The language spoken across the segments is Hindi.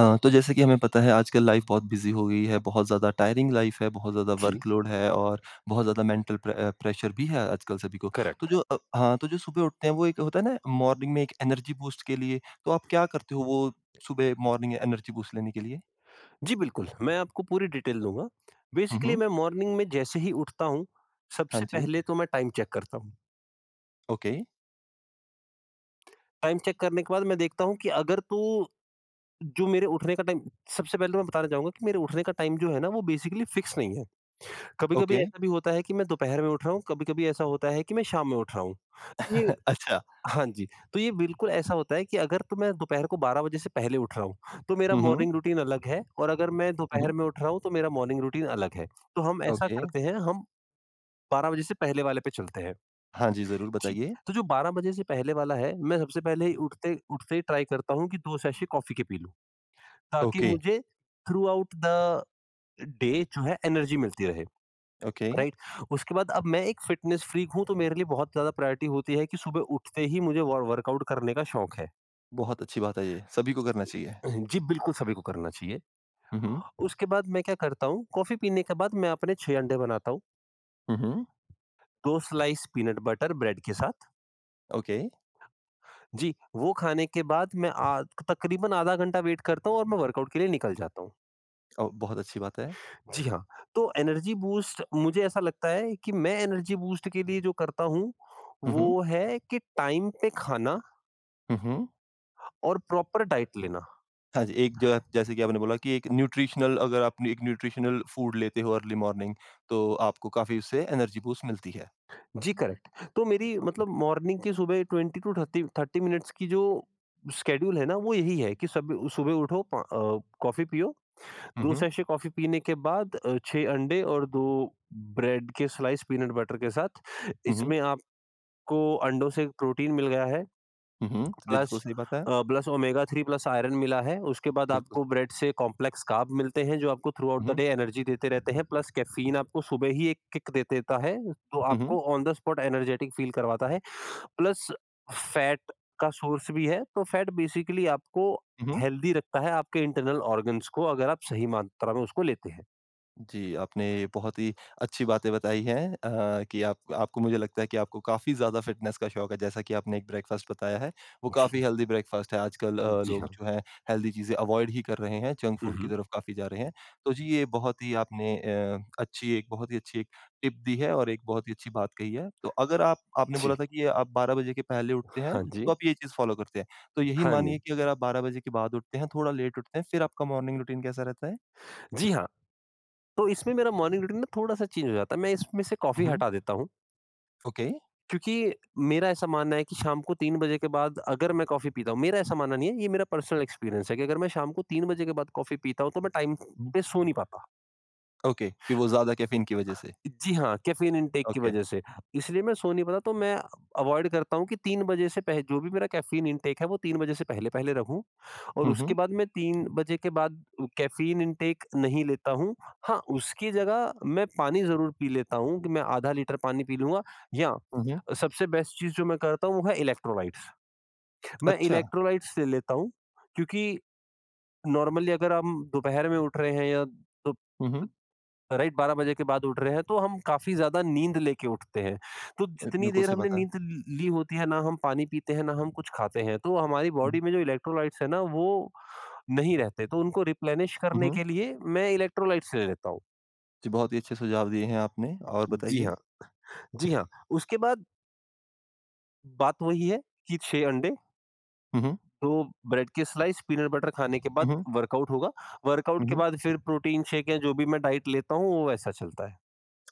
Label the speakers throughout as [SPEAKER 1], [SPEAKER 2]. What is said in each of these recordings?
[SPEAKER 1] तो जैसे कि हमें पता है आजकल लाइफ बहुत बिजी हो गई है, बहुत ज़्यादा टायरिंग लाइफ है, बहुत ज़्यादा
[SPEAKER 2] जी,
[SPEAKER 1] वर्कलोड है और बहुत ज़्यादा मेंटल प्रेशर भी है आजकल सभी को। तो
[SPEAKER 2] करेक्ट।
[SPEAKER 1] हाँ, तो जो सुबह उठते हैं वो एक होता है ना मॉर्निंग में एक एनर्जी बूस्ट के लिए, तो आप क्या करते हो वो सुबह मॉर्निंग एनर्जी बूस्ट लेने के लिए?
[SPEAKER 2] जी, बिल्कुल, मैं आपको पूरी डिटेल दूँगा।
[SPEAKER 1] हुँ,
[SPEAKER 2] बेसिकली
[SPEAKER 1] हुँ।
[SPEAKER 2] मैं मॉर्निंग में जैसे ही उठता हूँ,
[SPEAKER 1] हाँ
[SPEAKER 2] सबसे
[SPEAKER 1] जी।
[SPEAKER 2] पहले तो मैं टाइम चेक करता हूँ।
[SPEAKER 1] ओके,
[SPEAKER 2] टाइम चेक करने के बाद मैं देखता हूँ कि अगर तो जो मेरे उठने का टाइम सबसे पहले तो मैं बताना चाहूँगा कि मेरे उठने का टाइम जो है ना, वो बेसिकली फिक्स नहीं है। कभी-कभी
[SPEAKER 1] ओके।
[SPEAKER 2] ऐसा भी होता है कि मैं दोपहर में उठ रहा हूँ, कभी-कभी ऐसा होता है कि मैं शाम में उठ रहा हूँ। ये
[SPEAKER 1] अच्छा।
[SPEAKER 2] हाँ जी, तो ये बिल्कुल ऐसा होता है कि अगर तो मैं दोपहर को 12 बजे से पहले उठ रहा हूँ, तो मेरा
[SPEAKER 1] हुँ, हुँ।
[SPEAKER 2] मॉर्निंग रूटीन अलग है और अगर मैं
[SPEAKER 1] हुँ,
[SPEAKER 2] दोपहर
[SPEAKER 1] हुँ।
[SPEAKER 2] में उठ रहा हूँ, तो मेरा मॉर्निंग रूटीन अलग है। तो हम ऐसा
[SPEAKER 1] ओके।
[SPEAKER 2] करते हैं, हम 12 बजे से पहले वाले पे चलते हैं।
[SPEAKER 1] हाँ जी, ज़रूर
[SPEAKER 2] जी,
[SPEAKER 1] बताइए।
[SPEAKER 2] तो जो 12 बजे से पहले वाला है, मैं सबसे पहले ही उठते उठते ही ट्राई करता हूँ कि 2 सेशे कॉफ़ी के पी लूँ, ताकि
[SPEAKER 1] ओके,
[SPEAKER 2] मुझे थ्रू आउट द डे जो है एनर्जी मिलती रहे,
[SPEAKER 1] ओके।
[SPEAKER 2] राइट? उसके बाद अब मैं एक फिटनेस फ्रीक हूँ, तो मेरे लिए बहुत ज़्यादा प्रायोरिटी होती है कि सुबह उठते ही मुझे वर वर्कआउट करने का शौक है।
[SPEAKER 1] बहुत अच्छी बात है ये, सभी को करना चाहिए।
[SPEAKER 2] जी, बिल्कुल सभी को करना चाहिए।
[SPEAKER 1] हुँ, हुँ।
[SPEAKER 2] उसके बाद मैं क्या करता हूँ, कॉफ़ी पीने के बाद मैं अपने 6 अंडे बनाता हूँ,
[SPEAKER 1] हुँ, हुँ।
[SPEAKER 2] 2 स्लाइस पीनट बटर ब्रेड के साथ।
[SPEAKER 1] ओके।
[SPEAKER 2] जी, वो खाने के बाद मैं आ तकरीबन आधा घंटा वेट करता हूँ और मैं वर्कआउट के लिए निकल जाता हूँ।
[SPEAKER 1] बहुत अच्छी बात है।
[SPEAKER 2] जी हाँ, तो एनर्जी बूस्ट मुझे ऐसा लगता है कि मैं एनर्जी बूस्ट के लिए जो करता हूँ,
[SPEAKER 1] हुँ, हुँ।
[SPEAKER 2] वो है कि टाइम पे खाना
[SPEAKER 1] हुँ, हुँ।
[SPEAKER 2] और प्रॉपर डाइट लेना।
[SPEAKER 1] हाँ जी, एक जो जैसे कि आपने बोला कि एक न्यूट्रिशनल अगर आप एक न्यूट्रिशनल फूड लेते हो अर्ली मॉर्निंग तो आपको काफ़ी उससे एनर्जी बूस्ट मिलती है।
[SPEAKER 2] जी करेक्ट। तो मेरी
[SPEAKER 1] ओके।
[SPEAKER 2] मतलब मॉर्निंग की सुबह 20 टू 30 मिनट्स की जो शेड्यूल है ना वो यही है कि सब सुबह उठो, कॉफी पियो
[SPEAKER 1] हुँ,
[SPEAKER 2] 2
[SPEAKER 1] हुँ।
[SPEAKER 2] सैशे कॉफी पीने के बाद 6 अंडे और 2 ब्रेड के स्लाइस पीनट बटर के साथ
[SPEAKER 1] हुँ, हुँ।
[SPEAKER 2] इसमें आपको अंडों से प्रोटीन मिल गया है
[SPEAKER 1] हुँ, हुँ। बिल्कुल
[SPEAKER 2] प्लस
[SPEAKER 1] सही बात है।
[SPEAKER 2] प्लस ओमेगा 3 प्लस आयरन मिला है। उसके बाद
[SPEAKER 1] बिल्कुल।
[SPEAKER 2] आपको ब्रेड से कॉम्प्लेक्स कार्ब मिलते हैं, जो आपको throughout
[SPEAKER 1] hmm,
[SPEAKER 2] the
[SPEAKER 1] hmm.
[SPEAKER 2] Day energy देते रहते हैं। प्लस कैफ़ीन आपको सुबह ही एक किक दे देता है, तो
[SPEAKER 1] हुँ, हुँ।
[SPEAKER 2] आपको on the spot energetic feel करवाता है। प्लस फैट का सोर्स भी है, तो फैट बेसिकली आपको
[SPEAKER 1] हुँ, हुँ।
[SPEAKER 2] हेल्दी रखता है, आपके इंटरनल ऑर्गन्स को, अगर आप सही मात्रा में उसको लेते हैं।
[SPEAKER 1] जी, आपने बहुत ही अच्छी बातें बताई हैं अ, कि आप आपको मुझे लगता है कि आपको काफ़ी ज़्यादा फ़िटनेस का शौक है, जैसा कि आपने एक ब्रेकफ़ास्ट बताया है, वो काफ़ी हेल्दी ब्रेकफ़ास्ट है। आजकल
[SPEAKER 2] जी जी
[SPEAKER 1] लोग
[SPEAKER 2] हाँ।
[SPEAKER 1] जो हैं हेल्दी चीज़ें अवॉइड ही कर रहे हैं, जंक
[SPEAKER 2] हुँ,
[SPEAKER 1] फूड की
[SPEAKER 2] हुँ।
[SPEAKER 1] तरफ काफ़ी जा रहे हैं। तो जी, ये बहुत ही आपने अ, अच्छी एक बहुत ही अच्छी एक टिप दी है और एक बहुत ही अच्छी बात कही है। तो अगर आप आपने
[SPEAKER 2] जी।
[SPEAKER 1] बोला था कि ये आप 12 बजे के पहले उठते हैं,
[SPEAKER 2] हाँ जी,
[SPEAKER 1] तो आप ये चीज़ फ़ॉलो करते हैं। तो यही
[SPEAKER 2] हाँ
[SPEAKER 1] मानिए
[SPEAKER 2] जी।
[SPEAKER 1] कि अगर आप 12 बजे के बाद उठते हैं, थोड़ा लेट उठते हैं, फिर आपका मॉर्निंग रूटीन कैसा रहता है?
[SPEAKER 2] जी हाँ, तो इसमें मेरा मॉर्निंग रूटीन ना थोड़ा-सा चेंज हो जाता है। मैं इसमें से
[SPEAKER 1] हुँ,
[SPEAKER 2] कॉफ़ी
[SPEAKER 1] हुँ।
[SPEAKER 2] हटा देता हूँ।
[SPEAKER 1] ओके।
[SPEAKER 2] क्योंकि मेरा ऐसा मानना है कि शाम को 3 बजे के बाद अगर मैं कॉफ़ी पीता हूँ मेरा ऐसा मानना नहीं है, ये मेरा पर्सनल एक्सपीरियंस है कि अगर मैं शाम को 3 बजे के बाद कॉफ़ी पीता हूँ, तो मैं टाइम पे सो नहीं पाता।
[SPEAKER 1] ओके, कि वो ज़्यादा कैफ़ीन की वज़ह से।
[SPEAKER 2] जी हाँ, कैफ़ीन इनटेक की
[SPEAKER 1] ओके।
[SPEAKER 2] वज़ह से। इसलिए मैं सो नहीं पाता तो मैं अवॉइड करता हूँ कि 3 बजे से पह जो भी मेरा कैफ़ीन इनटेक है वो 3 बजे से पहले-पहले रखूँ और
[SPEAKER 1] हुँ,
[SPEAKER 2] उसके
[SPEAKER 1] हुँ।
[SPEAKER 2] बाद मैं 3 बजे के बाद कैफ़ीन इनटेक नहीं लेता हूँ। हाँ, उसकी जगह मैं पानी ज़रूर पी लेता हूँ कि मैं आधा लीटर पानी पी लूँगा या
[SPEAKER 1] हुँ, हुँ।
[SPEAKER 2] सबसे बेस्ट चीज़ जो मैं करता हूँ वो है इलेक्ट्रोलाइट्स। मैं
[SPEAKER 1] अच्छा।
[SPEAKER 2] इलेक्ट्रोलाइट्स ले लेता हूँ क्योंकि नॉर्मली अगर हम दोपहर में उठ रहे हैं या दो
[SPEAKER 1] हुँ, हुँ।
[SPEAKER 2] राइट 12 बजे के बाद उठ रहे हैं तो हम काफ़ी ज़्यादा नींद लेके उठते हैं। तो जितनी
[SPEAKER 1] बिल्कुल
[SPEAKER 2] देर
[SPEAKER 1] सही
[SPEAKER 2] हमने
[SPEAKER 1] बात है।
[SPEAKER 2] नींद ल ली होती है ना हम पानी पीते हैं, ना हम कुछ खाते हैं। तो हमारी
[SPEAKER 1] हुँ,
[SPEAKER 2] बॉडी
[SPEAKER 1] हुँ।
[SPEAKER 2] में जो इलेक्ट्रोलाइट्स है ना वो नहीं रहते। तो उनको रिप्लेनिश
[SPEAKER 1] हुँ,
[SPEAKER 2] करने
[SPEAKER 1] हुँ।
[SPEAKER 2] के लिए मैं इलेक्ट्रोलाइट्स ले लेता हूँ।
[SPEAKER 1] जी, बहुत ही अच्छे सुझाव दिए हैं आपने और
[SPEAKER 2] जी
[SPEAKER 1] बताइए?
[SPEAKER 2] हाँ, जी हाँ। उसके बाद बात वही है कि 6 अंडे,
[SPEAKER 1] हुँ, हुँ।
[SPEAKER 2] 2 ब्रेड के स्लाइस, पीनट बटर खाने के बाद
[SPEAKER 1] हुँ, हुँ।
[SPEAKER 2] वर्कआउट होगा। वर्कआउट
[SPEAKER 1] हुँ,
[SPEAKER 2] के
[SPEAKER 1] हुँ।
[SPEAKER 2] बाद फिर प्रोटीन शेक या जो भी मैं डाइट लेता हूँ वो वैसा चलता है।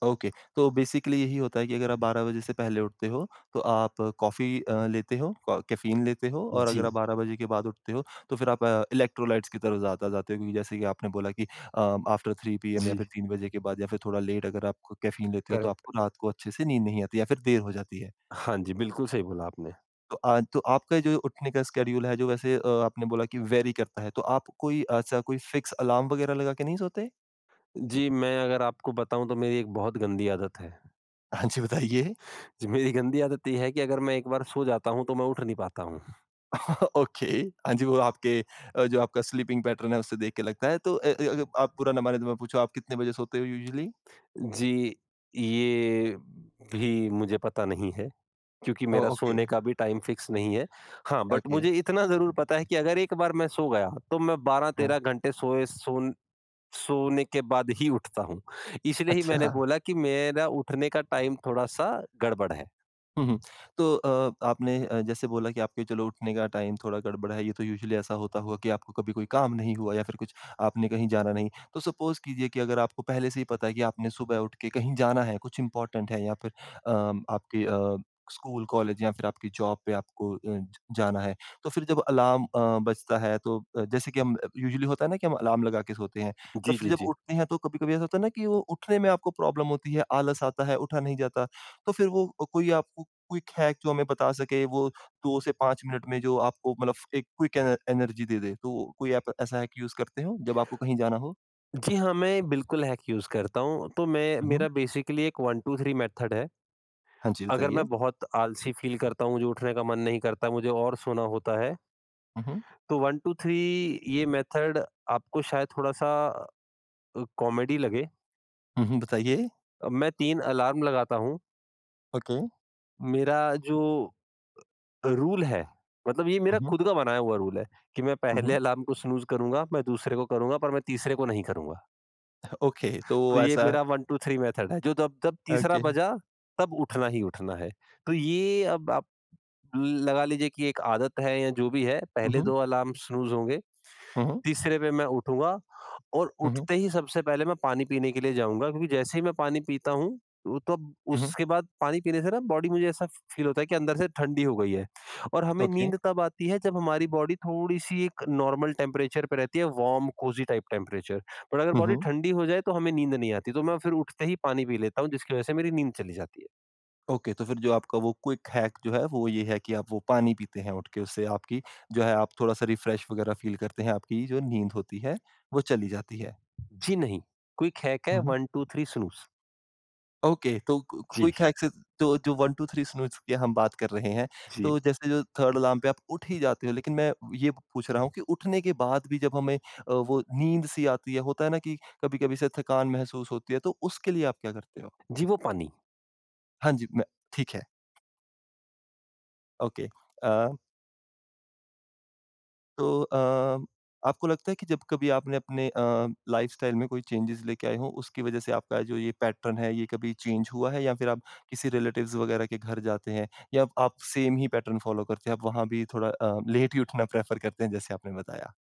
[SPEAKER 1] ओके, तो बेसिकली यही होता है कि अगर आप 12 बजे से पहले उठते हो, तो आप कॉफ़ी लेते हो, क कैफ़ीन लेते हो और अगर
[SPEAKER 2] जी,
[SPEAKER 1] आप 12 बजे के बाद उठते हो, तो फिर आप इलेक्ट्रोलाइट्स की तरफ ज़्यादा जाते हो क्योंकि जैसे कि आपने बोला कि अ, आफ्टर 3 पीएम या
[SPEAKER 2] जी।
[SPEAKER 1] फिर 3 बजे के बाद या फिर थोड़ा लेट अगर आप क कैफ़ीन लेते हो, तो
[SPEAKER 2] करेक्ट।
[SPEAKER 1] आपको रात को अच्छे से नींद नहीं आती या फिर देर हो जाती है।
[SPEAKER 2] हाँ जी, बिल्कुल सही बोला आपने।
[SPEAKER 1] तो आपका जो उठने का स्केड्यूल है, जो वैसे आपने बोला कि वेरी करता है, तो आप कोई ऐसा कोई फिक्स अलार्म वगैरह लगा के नहीं सोते?
[SPEAKER 2] जी, मैं अगर आपको बताऊँ तो मेरी एक बहुत गंदी आदत है।
[SPEAKER 1] हाँ जी, बताइए?
[SPEAKER 2] जी, मेरी गंदी आदत ये है कि अगर मैं एक बार सो जाता हूँ तो मैं उठ नहीं पाता हूँ।
[SPEAKER 1] ओके। हाँ जी, वो जो आपका स्लीपिंग पैटर्न है, उससे देख के लगता है। तो अगर आप बुरा ना माने तो मैं पूछूँ, आप कितने बजे सोते हो यूजुअली?
[SPEAKER 2] जी, ये भी मुझे पता नहीं है क्योंकि
[SPEAKER 1] ओह!
[SPEAKER 2] मेरा
[SPEAKER 1] ओके,
[SPEAKER 2] सोने का भी टाइम फिक्स नहीं है। हाँ, बट
[SPEAKER 1] ओके।
[SPEAKER 2] मुझे इतना ज़रूर पता है कि अगर एक बार मैं सो गया तो मैं
[SPEAKER 1] हाँ।
[SPEAKER 2] 12-13 घंटे सोए सोन सोने के बाद ही उठता हूँ। इसलिए ही
[SPEAKER 1] अच्छा।
[SPEAKER 2] मैंने बोला कि मेरा उठने का टाइम थोड़ा-सा गड़बड़ है।
[SPEAKER 1] हुँ, हुँ। तो आपने जैसे बोला कि आपके चलो उठने का टाइम थोड़ा गड़बड़ है, ये तो यूजुअली ऐसा होता होगा कि आपको कभी कोई काम नहीं हुआ या फिर कुछ आपने कहीं जाना नहीं। तो सपोज़ कीजिए कि अगर आपको पहले से ही पता है कि आपने सुबह उठ के कहीं जाना है, कुछ इम्पोर्टेंट है या फिर आपके स्कूल, कॉलेज या फिर आपकी जॉब पे आपको अ, ज जाना है। तो फिर जब अलार्म बजता है तो जैसे कि हम यूजुअली होता है ना कि हम अलार्म लगा के सोते हैं। तो
[SPEAKER 2] जी,
[SPEAKER 1] फिर
[SPEAKER 2] जी,
[SPEAKER 1] जब
[SPEAKER 2] जी।
[SPEAKER 1] उठते हैं तो कभी-कभी ऐसा होता है ना कि वो उठने में आपको प्रॉब्लम होती है, आलस आता है, उठा नहीं जाता। तो फिर वो कोई आपको क्विक हैक जो हमें बता सके, वो 2 से 5 मिनट में जो आपको मतलब एक क्विक एन एनर्जी दे दे? तो कोई ऐप ऐसा हैक यूज़ करते हो जब आपको कहीं जाना हो?
[SPEAKER 2] जी हाँ, मैं बिल्कुल हैक यूज़ करता हूँ। तो मैं
[SPEAKER 1] हुँ, हुँ।
[SPEAKER 2] मेरा बेसिकली एक 1-2-3 मेथड है।
[SPEAKER 1] हाँ जी,
[SPEAKER 2] अगर मैं
[SPEAKER 1] बताइए।
[SPEAKER 2] बहुत आलसी फ़ील करता हूँ, मुझे उठने का मन नहीं करता, मुझे और सोना होता है,
[SPEAKER 1] हुँ, हुँ।
[SPEAKER 2] तो 1-2-3 ये मेथड आपको शायद थोड़ा-सा कॉमेडी लगे।
[SPEAKER 1] हुँ, हुँ, बताइए।
[SPEAKER 2] मैं 3 अलार्म लगाता हूँ।
[SPEAKER 1] ओके।
[SPEAKER 2] मेरा जो रूल है, मतलब ये
[SPEAKER 1] हुँ,
[SPEAKER 2] मेरा
[SPEAKER 1] हुँ।
[SPEAKER 2] खुद का बनाया हुआ रूल है कि मैं
[SPEAKER 1] हुँ,
[SPEAKER 2] पहले
[SPEAKER 1] हुँ।
[SPEAKER 2] अलार्म को स्नूज़ करूँगा, मैं दूसरे को करूँगा, पर मैं तीसरे को नहीं करूँगा।
[SPEAKER 1] ओके, तो
[SPEAKER 2] तो ये
[SPEAKER 1] ऐसा
[SPEAKER 2] मेरा 1 2 3 मेथड है, जो जब जब तीसरा
[SPEAKER 1] ओके।
[SPEAKER 2] बजा, तब उठना ही उठना है। तो ये अब आप लगा लीजिए कि एक आदत है या जो भी है,
[SPEAKER 1] हुँ,
[SPEAKER 2] पहले
[SPEAKER 1] हुँ।
[SPEAKER 2] 2 अलार्म स्नूज़ होंगे,
[SPEAKER 1] हुँ, हुँ।
[SPEAKER 2] तीसरे पे मैं उठूँगा और
[SPEAKER 1] हुँ, हुँ।
[SPEAKER 2] उठते ही सबसे पहले मैं पानी पीने के लिए जाऊँगा क्योंकि जैसे ही मैं पानी पीता हूँ, वो तब
[SPEAKER 1] हुँ, हुँ।
[SPEAKER 2] उसके बाद पानी पीने से ना बॉडी मुझे ऐसा फ़ील होता है कि अंदर से ठंडी हो गई है और हमें
[SPEAKER 1] ओके।
[SPEAKER 2] नींद तब आती है जब हमारी बॉडी थोड़ी-सी एक नॉर्मल टेम्परेचर पे रहती है, warm cozy type temperature. But अगर
[SPEAKER 1] हुँ,
[SPEAKER 2] बॉडी
[SPEAKER 1] हुँ।
[SPEAKER 2] ठंडी हो जाए तो हमें नींद नहीं आती, तो मैं फिर उठते ही पानी पी लेता हूँ जिसकी वज़ह से मेरी नींद चली जाती है।
[SPEAKER 1] ओके, तो फिर जो आपका वो क्विक हैक जो है, वो ये है कि आप वो पानी पीते हैं उठ के, उससे आपकी जो है आप थोड़ा-सा रिफ्रेश वगैरह फ़ील करते हैं, आपकी जो नींद होती है, वो चली जाती है।
[SPEAKER 2] जी नहीं, क्विक हैक है
[SPEAKER 1] हुँ, हुँ।
[SPEAKER 2] 1 2 3 स्नूज़।
[SPEAKER 1] ओके, तो क
[SPEAKER 2] जी,
[SPEAKER 1] क्विक हैक से तो जो 1, 2, 3 स्नूज़ की हम बात कर रहे हैं,
[SPEAKER 2] जी।
[SPEAKER 1] तो जैसे जो थर्ड अलार्म पे आप उठ ही जाते हो, लेकिन मैं ये पूछ रहा हूँ कि उठने के बाद भी जब हमें वो नींद सी आती है, होता है ना कि कभी-कभी से थकान महसूस होती है, तो उसके लिए आप क्या करते हो?
[SPEAKER 2] जी, वो पानी।
[SPEAKER 1] हाँ जी, मैं ठीक है, ओके। अ तो अ, आपको लगता है कि जब कभी आपने अपने लाइफ़स्टाइल में कोई चेंजेज़ लेके आए हों, उसकी वज़ह से आपका जो ये पैटर्न है, ये कभी चेंज हुआ है? या फिर आप किसी रिलेटिव्स वग़ैरह के घर जाते हैं या आप सेम ही पैटर्न फ़ॉलो करते हैं? आप वहाँ भी थोड़ा लेट ही उठना प्रेफ़र करते हैं, जैसे आपने बताया?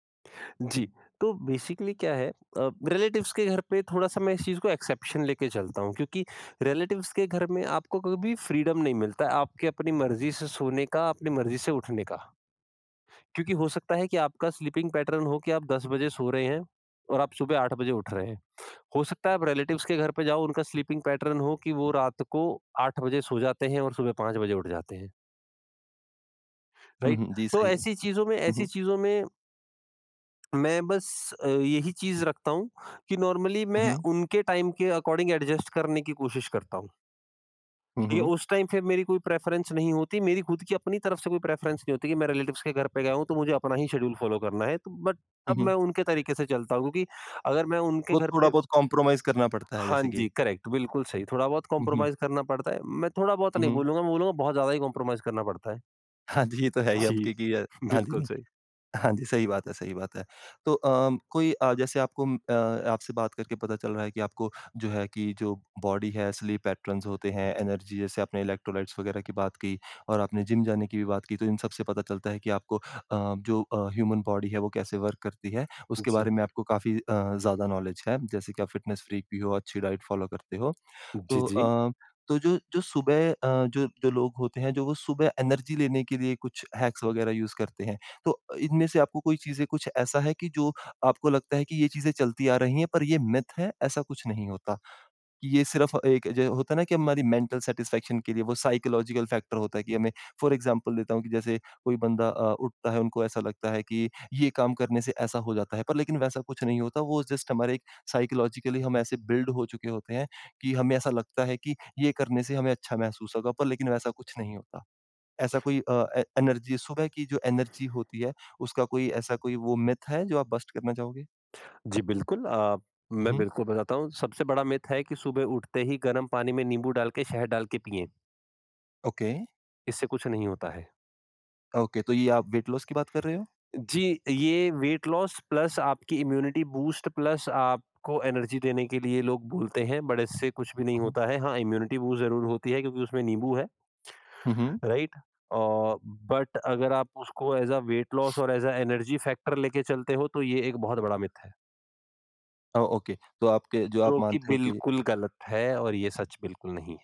[SPEAKER 2] जी, तो बेसिकली क्या है रिलेटिव्स के घर पे थोड़ा-सा मैं इस चीज़ को एक्सेप्शन लेके चलता हूँ क्योंकि रिलेटिव्स के घर में आपको कभी फ्रीडम नहीं मिलता है, आपके अपनी मर्ज़ी से सोने का, अपनी मर्ज़ी से उठने का। क्योंकि हो सकता है कि आपका स्लीपिंग पैटर्न हो कि आप 10 बजे सो रहे हैं और आप सुबह 8 बजे उठ रहे हैं। हो सकता है आप रिलेटिव्स के घर पे जाओ, उनका स्लीपिंग पैटर्न हो कि वो रात को 8 बजे सो जाते हैं और सुबह 5 बजे उठ जाते हैं,
[SPEAKER 1] हुँ,
[SPEAKER 2] राइट?
[SPEAKER 1] हुँ। जी,
[SPEAKER 2] तो
[SPEAKER 1] सही है।
[SPEAKER 2] ऐसी चीज़ों में
[SPEAKER 1] हुँ,
[SPEAKER 2] ऐसी
[SPEAKER 1] हुँ।
[SPEAKER 2] चीज़ों में मैं बस यही चीज़ रखता हूँ कि नॉर्मली
[SPEAKER 1] हुँ,
[SPEAKER 2] मैं
[SPEAKER 1] हुँ।
[SPEAKER 2] उनके टाइम के अकॉर्डिंग एडजस्ट करने की कोशिश करता हूँ।
[SPEAKER 1] हुँ,
[SPEAKER 2] ये
[SPEAKER 1] हुँ।
[SPEAKER 2] उस टाइम फिर मेरी कोई प्रेफ़रेंस नहीं होती, मेरी खुद की अपनी तरफ से कोई प्रेफ़रेंस नहीं होती कि मैं रिलेटिव्स के घर पे गया हूँ तो मुझे अपना ही शेड्यूल फ़ॉलो करना है। तो बट
[SPEAKER 1] हुँ,
[SPEAKER 2] तब मैं
[SPEAKER 1] हुँ।
[SPEAKER 2] उनके तरीके से चलता हूँ क्योंकि अगर मैं उनके
[SPEAKER 1] वो
[SPEAKER 2] घर
[SPEAKER 1] थोड़ा
[SPEAKER 2] पे
[SPEAKER 1] बहुत कॉम्प्रोमाइज़ करना पड़ता है,
[SPEAKER 2] हाँ
[SPEAKER 1] जैसे कि।
[SPEAKER 2] जी, करेक्ट बिल्कुल सही, थोड़ा बहुत
[SPEAKER 1] हुँ, हुँ।
[SPEAKER 2] कॉम्प्रोमाइज़ करना पड़ता है। मैं थोड़ा बहुत
[SPEAKER 1] हुँ,
[SPEAKER 2] नहीं
[SPEAKER 1] हुँ।
[SPEAKER 2] बोलूँगा, मैं बोलूँगा बहुत ज़्यादा ही कॉम्प्रोमाइज़ करना पड़ता है।
[SPEAKER 1] हाँ जी, ये तो है ही
[SPEAKER 2] जी,
[SPEAKER 1] अब क्योंकि हाँ
[SPEAKER 2] बिल्कुल
[SPEAKER 1] जी।
[SPEAKER 2] सही।
[SPEAKER 1] हाँ जी, सही बात है, सही बात है। तो कोई जैसे आपसे बात करके पता चल रहा है कि आपको जो है कि जो बॉडी है, स्लीप पैटर्न्स होते हैं, एनर्जी जैसे आपने इलेक्ट्रोलाइट्स वगैरह की बात की और आपने जिम जाने की भी बात की, तो इन सब से पता चलता है कि आपको ह्यूमन बॉडी है, वो कैसे वर्क करती है, उसके
[SPEAKER 2] जी।
[SPEAKER 1] बारे में आपको काफ़ी ज़्यादा नॉलेज है। जैसे कि आप फिटनेस फ्रीक भी हो, अच्छी डाइट फॉलो करते हो।
[SPEAKER 2] जी,
[SPEAKER 1] तो
[SPEAKER 2] जी।
[SPEAKER 1] अ, तो जो जो सुबह अ, जो जो लोग होते हैं, जो वो सुबह एनर्जी लेने के लिए कुछ हैक्स वगैरह यूज़ करते हैं। तो इनमें से आपको कोई चीज़ें कुछ ऐसा है कि जो आपको लगता है कि ये चीज़ें चलती आ रही हैं, पर ये मिथ है, ऐसा कुछ नहीं होता? कि ये सिर्फ़ एक जो होता है ना कि हमारी मेंटल सैटिस्फैक्शन के लिए वो साइकोलॉजिकल फैक्टर होता है कि हमें फॉर एग्ज़ाम्पल देता हूँ कि जैसे कोई बंदा उठता है उनको ऐसा लगता है कि ये काम करने से ऐसा हो जाता है, पर लेकिन वैसा कुछ नहीं होता वो जस्ट हमारे एक साइकोलॉजिकली हम ऐसे बिल्ड हो चुके होते हैं कि हमें ऐसा लगता है कि ये करने से हमें अच्छा महसूस होगा पर लेकिन वैसा कुछ नहीं होता। ऐसा कोई अ, ए एनर्जी सुबह की जो एनर्जी होती है उसका कोई ऐसा कोई वो मिथ है जो आप बस्ट करना चाहोगे?
[SPEAKER 2] जी, बिल्कुल
[SPEAKER 1] हुँ,
[SPEAKER 2] मैं
[SPEAKER 1] हुँ।
[SPEAKER 2] बिल्कुल बताता हूँ। सबसे बड़ा मिथ है कि सुबह उठते ही गर्म पानी में नींबू डाल के, शहद डाल के पिएँ,
[SPEAKER 1] ओके,
[SPEAKER 2] इससे कुछ नहीं होता है।
[SPEAKER 1] ओके तो ये आप वेट लॉस की बात कर रहे हो?
[SPEAKER 2] जी, ये वेट लॉस प्लस आपकी इम्यूनिटी बूस्ट प्लस आपको एनर्जी देने के लिए लोग बोलते हैं, बट इससे कुछ भी नहीं
[SPEAKER 1] हुँ, हुँ।
[SPEAKER 2] होता है। हाँ, इम्यूनिटी बूस्ट ज़रूर होती है क्योंकि उसमें नींबू है,
[SPEAKER 1] हुँ, हुँ।
[SPEAKER 2] राइट? और बट अगर आप उसको एज़ अ वेट लॉस और एज़ अ एनर्जी फैक्टर लेके चलते हो, तो ये एक बहुत बड़ा मिथ है,
[SPEAKER 1] ओ ओके, तो आपके जो आप
[SPEAKER 2] जो कि
[SPEAKER 1] मानते हो कि।
[SPEAKER 2] बिल्कुल गलत है और ये सच बिल्कुल नहीं।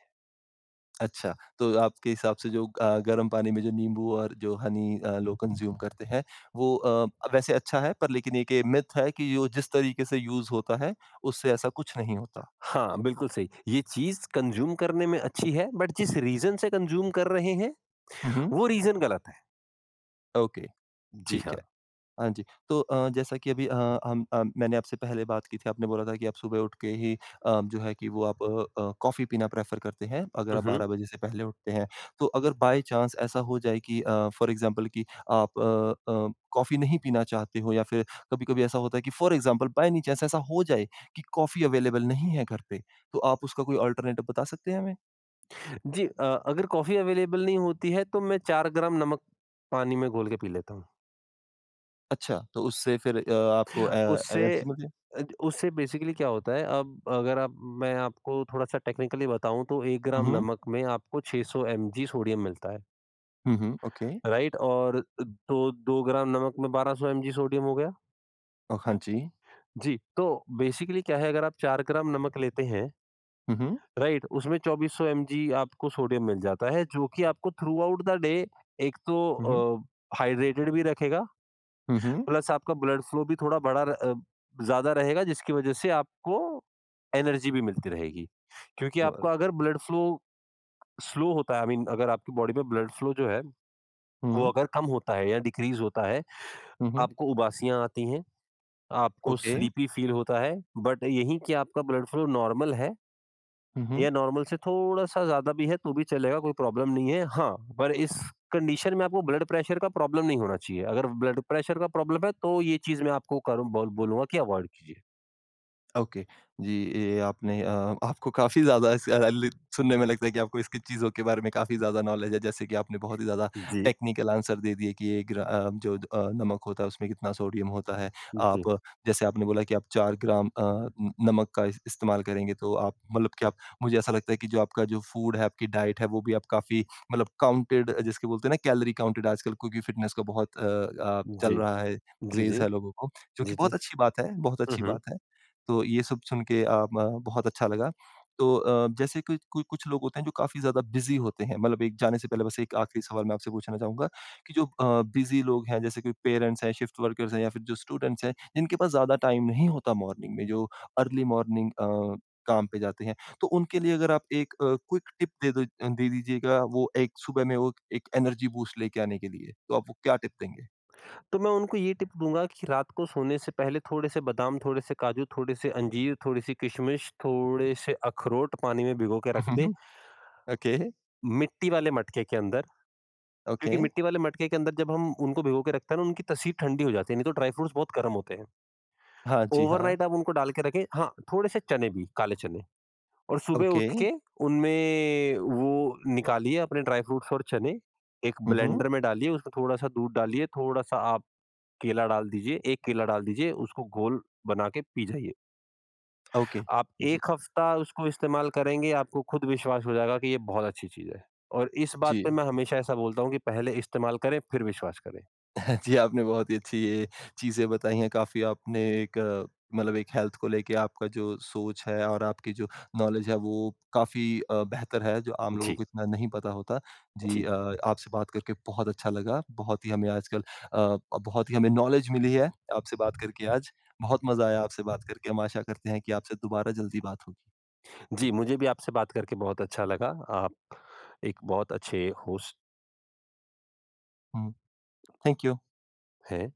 [SPEAKER 1] अच्छा, तो आपके हिसाब से जो गर्म पानी में जो नींबू और जो हनी लोग कंज़्यूम करते हैं, वो वैसे अच्छा है पर लेकिन एक ये मिथ है कि यो जिस तरीके से यूज़ होता है, उससे ऐसा कुछ नहीं होता।
[SPEAKER 2] हाँ, बिल्कुल सही। ये चीज़ कंज़्यूम करने में अच्छी है बट जिस रीज़न से कंज़्यूम कर रहे हैं,
[SPEAKER 1] हुँ, हुँ।
[SPEAKER 2] वो रीज़न गलत है।
[SPEAKER 1] ओके,
[SPEAKER 2] जी जी।
[SPEAKER 1] ठीक
[SPEAKER 2] हाँ।
[SPEAKER 1] है। हाँ जी। तो जैसा कि अभी मैंने आपसे पहले बात की थी, आपने बोला था कि आप सुबह उठ के ही अ, जो है कि वो आप अ अ, कॉफ़ी पीना प्रेफ़र करते हैं, अगर
[SPEAKER 2] हुँ,
[SPEAKER 1] आप
[SPEAKER 2] हुँ।
[SPEAKER 1] 12 बजे से पहले उठते हैं। तो अगर बाय चांस ऐसा हो जाए कि फॉर एग्ज़ाम्पल कि आप कॉफ़ी नहीं पीना चाहते हो या फिर कभी-कभी ऐसा होता है कि for example by any chance ऐसा हो जाए कि कॉफ़ी अवेलेबल नहीं है घर पे, तो आप उसका कोई अल्टरनेटिव बता सकते हैं हमें?
[SPEAKER 2] जी अगर कॉफ़ी अवेलेबल नहीं होती है तो मैं 4 ग्राम नमक पानी में घोल के पी लेता हूँ।
[SPEAKER 1] अच्छा, तो उससे फिर आपको
[SPEAKER 2] उससे
[SPEAKER 1] एनर्जी मिलती है।
[SPEAKER 2] उससे बेसिकली क्या होता है अब अगर आप मैं आपको थोड़ा-सा टेक्निकली बताऊँ तो 1
[SPEAKER 1] हुँ,
[SPEAKER 2] ग्राम
[SPEAKER 1] हुँ।
[SPEAKER 2] नमक में आपको 600 एमजी सोडियम मिलता है,
[SPEAKER 1] हुँ, हुँ। ओके।
[SPEAKER 2] राइट? और तो 2 ग्राम नमक में 1200 एमजी सोडियम हो गया।
[SPEAKER 1] हाँ जी।
[SPEAKER 2] जी, तो बेसिकली क्या है अगर आप 4 ग्राम नमक लेते हैं
[SPEAKER 1] हुँ, हुँ।
[SPEAKER 2] राइट उसमें 2400 mg आपको सोडियम मिल जाता है जो कि आपको थ्रू आउट द डे एक तो
[SPEAKER 1] हुँ, हुँ।
[SPEAKER 2] हाइड्रेटेड भी रखेगा
[SPEAKER 1] हुँ, हुँ।
[SPEAKER 2] प्लस आपका ब्लड फ्लो भी थोड़ा ज्यादा रहेगा जिसकी वजह से आपको एनर्जी भी मिलती रहेगी क्योंकि
[SPEAKER 1] Heu,
[SPEAKER 2] आपका अगर ब्लड फ्लो स्लो होता है आई मीन अगर आपकी बॉडी में ब्लड फ्लो जो है
[SPEAKER 1] mmh
[SPEAKER 2] वो
[SPEAKER 1] mh.
[SPEAKER 2] अगर कम होता है या डिक्रीज होता है
[SPEAKER 1] Mmh
[SPEAKER 2] आपको उबासियां आती हैं आपको
[SPEAKER 1] OK.
[SPEAKER 2] स्लीपी फील होता है बट यही कि आपका ब्लड फ्लो नॉर्मल है
[SPEAKER 1] Mmh mh.
[SPEAKER 2] ये नॉर्मल से थोड़ा-सा ज़्यादा भी है, तो भी चलेगा, कोई प्रॉब्लम नहीं है। हाँ, पर इस कंडीशन में आपको ब्लड प्रेशर का प्रॉब्लम नहीं होना चाहिए। अगर ब्लड प्रेशर का प्रॉब्लम है, तो ये चीज़ मैं आपको करूँ बोल बोलूँगा कि अवॉइड कीजिए।
[SPEAKER 1] ओके। जी, ये आपने आपको काफ़ी ज़्यादा इस अ, लि सुनने में लगता है कि आपको इसकी चीज़ों के बारे में काफ़ी ज़्यादा नॉलेज है। जैसे कि आपने बहुत ही ज़्यादा
[SPEAKER 2] जी,
[SPEAKER 1] टेक्निकल आंसर दे दिए कि ये ग्रा अ, जो अ, नमक होता है उसमें कितना सोडियम होता है।
[SPEAKER 2] जी,
[SPEAKER 1] आप जैसे आपने बोला कि आप 4 ग्राम अ, न नमक का इस इस्तेमाल करेंगे तो आप मतलब कि आप मुझे ऐसा लगता है कि जो आपका जो फूड है, आपकी डाइट है वो भी आप काफ़ी मतलब काउंटेड जिसके बोलते हैं ना कैलोरी काउंटेड आजकल क्योंकि फ़िटनेस का बहुत चल
[SPEAKER 2] जी,
[SPEAKER 1] रहा है,
[SPEAKER 2] जी,
[SPEAKER 1] क्रेज़
[SPEAKER 2] जी,
[SPEAKER 1] है लोगों को, जो
[SPEAKER 2] जी,
[SPEAKER 1] कि
[SPEAKER 2] जी।
[SPEAKER 1] बहुत अच्छी बात है, बहुत
[SPEAKER 2] हुँ,
[SPEAKER 1] अच्छी
[SPEAKER 2] हुँ।
[SPEAKER 1] बात है। तो ये सब सुन के अ, म बहुत अच्छा लगा। तो जैसे कि कु कुछ लोग होते हैं जो काफ़ी ज़्यादा बिज़ी होते हैं, मतलब एक जाने से पहले बस एक आखिरी सवाल मैं आपसे पूछना चाहूँगा कि जो बिज़ी लोग हैं जैसे कि पेरेंट्स हैं, शिफ्ट वर्कर्स हैं या फिर जो स्टूडेंट्स हैं, जिनके पास ज़्यादा टाइम नहीं होता मॉर्निंग में, जो अर्ली मॉर्निंग काम पे जाते हैं, तो उनके लिए अगर आप एक क्विक टिप दे दीजिएगा वो एक सुबह में वो एक एनर्जी बूस्ट लेके आने के लिए, तो आप वो क्या टिप देंगे?
[SPEAKER 2] तो मैं उनको ये टिप दूँगा कि रात को सोने से पहले थोड़े-से बादाम, थोड़े-से काजू, थोड़े-से अंजीर, थोड़ी-सी किशमिश, थोड़े-से अखरोट पानी में भिगो के रख
[SPEAKER 1] हुँ, हुँ,
[SPEAKER 2] दें,
[SPEAKER 1] हुँ। ओके,
[SPEAKER 2] मिट्टी वाले मटके के अंदर।
[SPEAKER 1] ओके।
[SPEAKER 2] क्योंकि मिट्टी वाले मटके के अंदर जब हम उनको भिगो के रखते हैं ना, उनकी तस्वीर ठंडी हो जाती है, नहीं तो ड्राई फ्रूट्स बहुत गर्म होते हैं।
[SPEAKER 1] हाँ जी, हाँ।
[SPEAKER 2] ओवरनाइट आप उनको डाल के रखें हाँ, थोड़े से चने भी, काले चने और सुबह
[SPEAKER 1] ओके।
[SPEAKER 2] उठ के उनमें वो निकालिए अपने ड्राई फ्रूट्स और चने, एक
[SPEAKER 1] हुँ,
[SPEAKER 2] ब्लेंडर
[SPEAKER 1] हुँ।
[SPEAKER 2] में डालिए, उसमें थोड़ा-सा दूध डालिए, थोड़ा-सा आप केला डाल दीजिए, 1 केला डाल दीजिए, उसको घोल बना के पी जाइए।
[SPEAKER 1] ओके।
[SPEAKER 2] आप
[SPEAKER 1] जी,
[SPEAKER 2] 1 हफ्ता उसको इस्तेमाल करेंगे, आपको खुद विश्वास हो जाएगा कि ये बहुत अच्छी चीज़ है और इस बात
[SPEAKER 1] जी।
[SPEAKER 2] पे मैं हमेशा ऐसा बोलता हूँ कि पहले इस्तेमाल करें, फिर विश्वास करें।
[SPEAKER 1] जी, आपने बहुत ही अच्छी ये चीज़ें बताई हैं, काफ़ी आपने मतलब एक हेल्थ को लेके आपका जो सोच है और आपकी जो नॉलेज है वो काफ़ी बेहतर है, जो आम लोगों
[SPEAKER 2] जी,
[SPEAKER 1] को इतना नहीं पता होता। जी
[SPEAKER 2] जी।
[SPEAKER 1] अ, आपसे बात करके बहुत अच्छा लगा। बहुत ही हमें नॉलेज मिली है आपसे बात करके आज। बहुत मज़ा आया आपसे बात करके। हम आशा करते हैं कि आपसे दोबारा जल्दी बात होगी।
[SPEAKER 2] जी, मुझे भी आपसे बात करके बहुत अच्छा लगा। आप एक बहुत अच्छे होस्ट
[SPEAKER 1] हुँ, थैंक यू।
[SPEAKER 2] हैं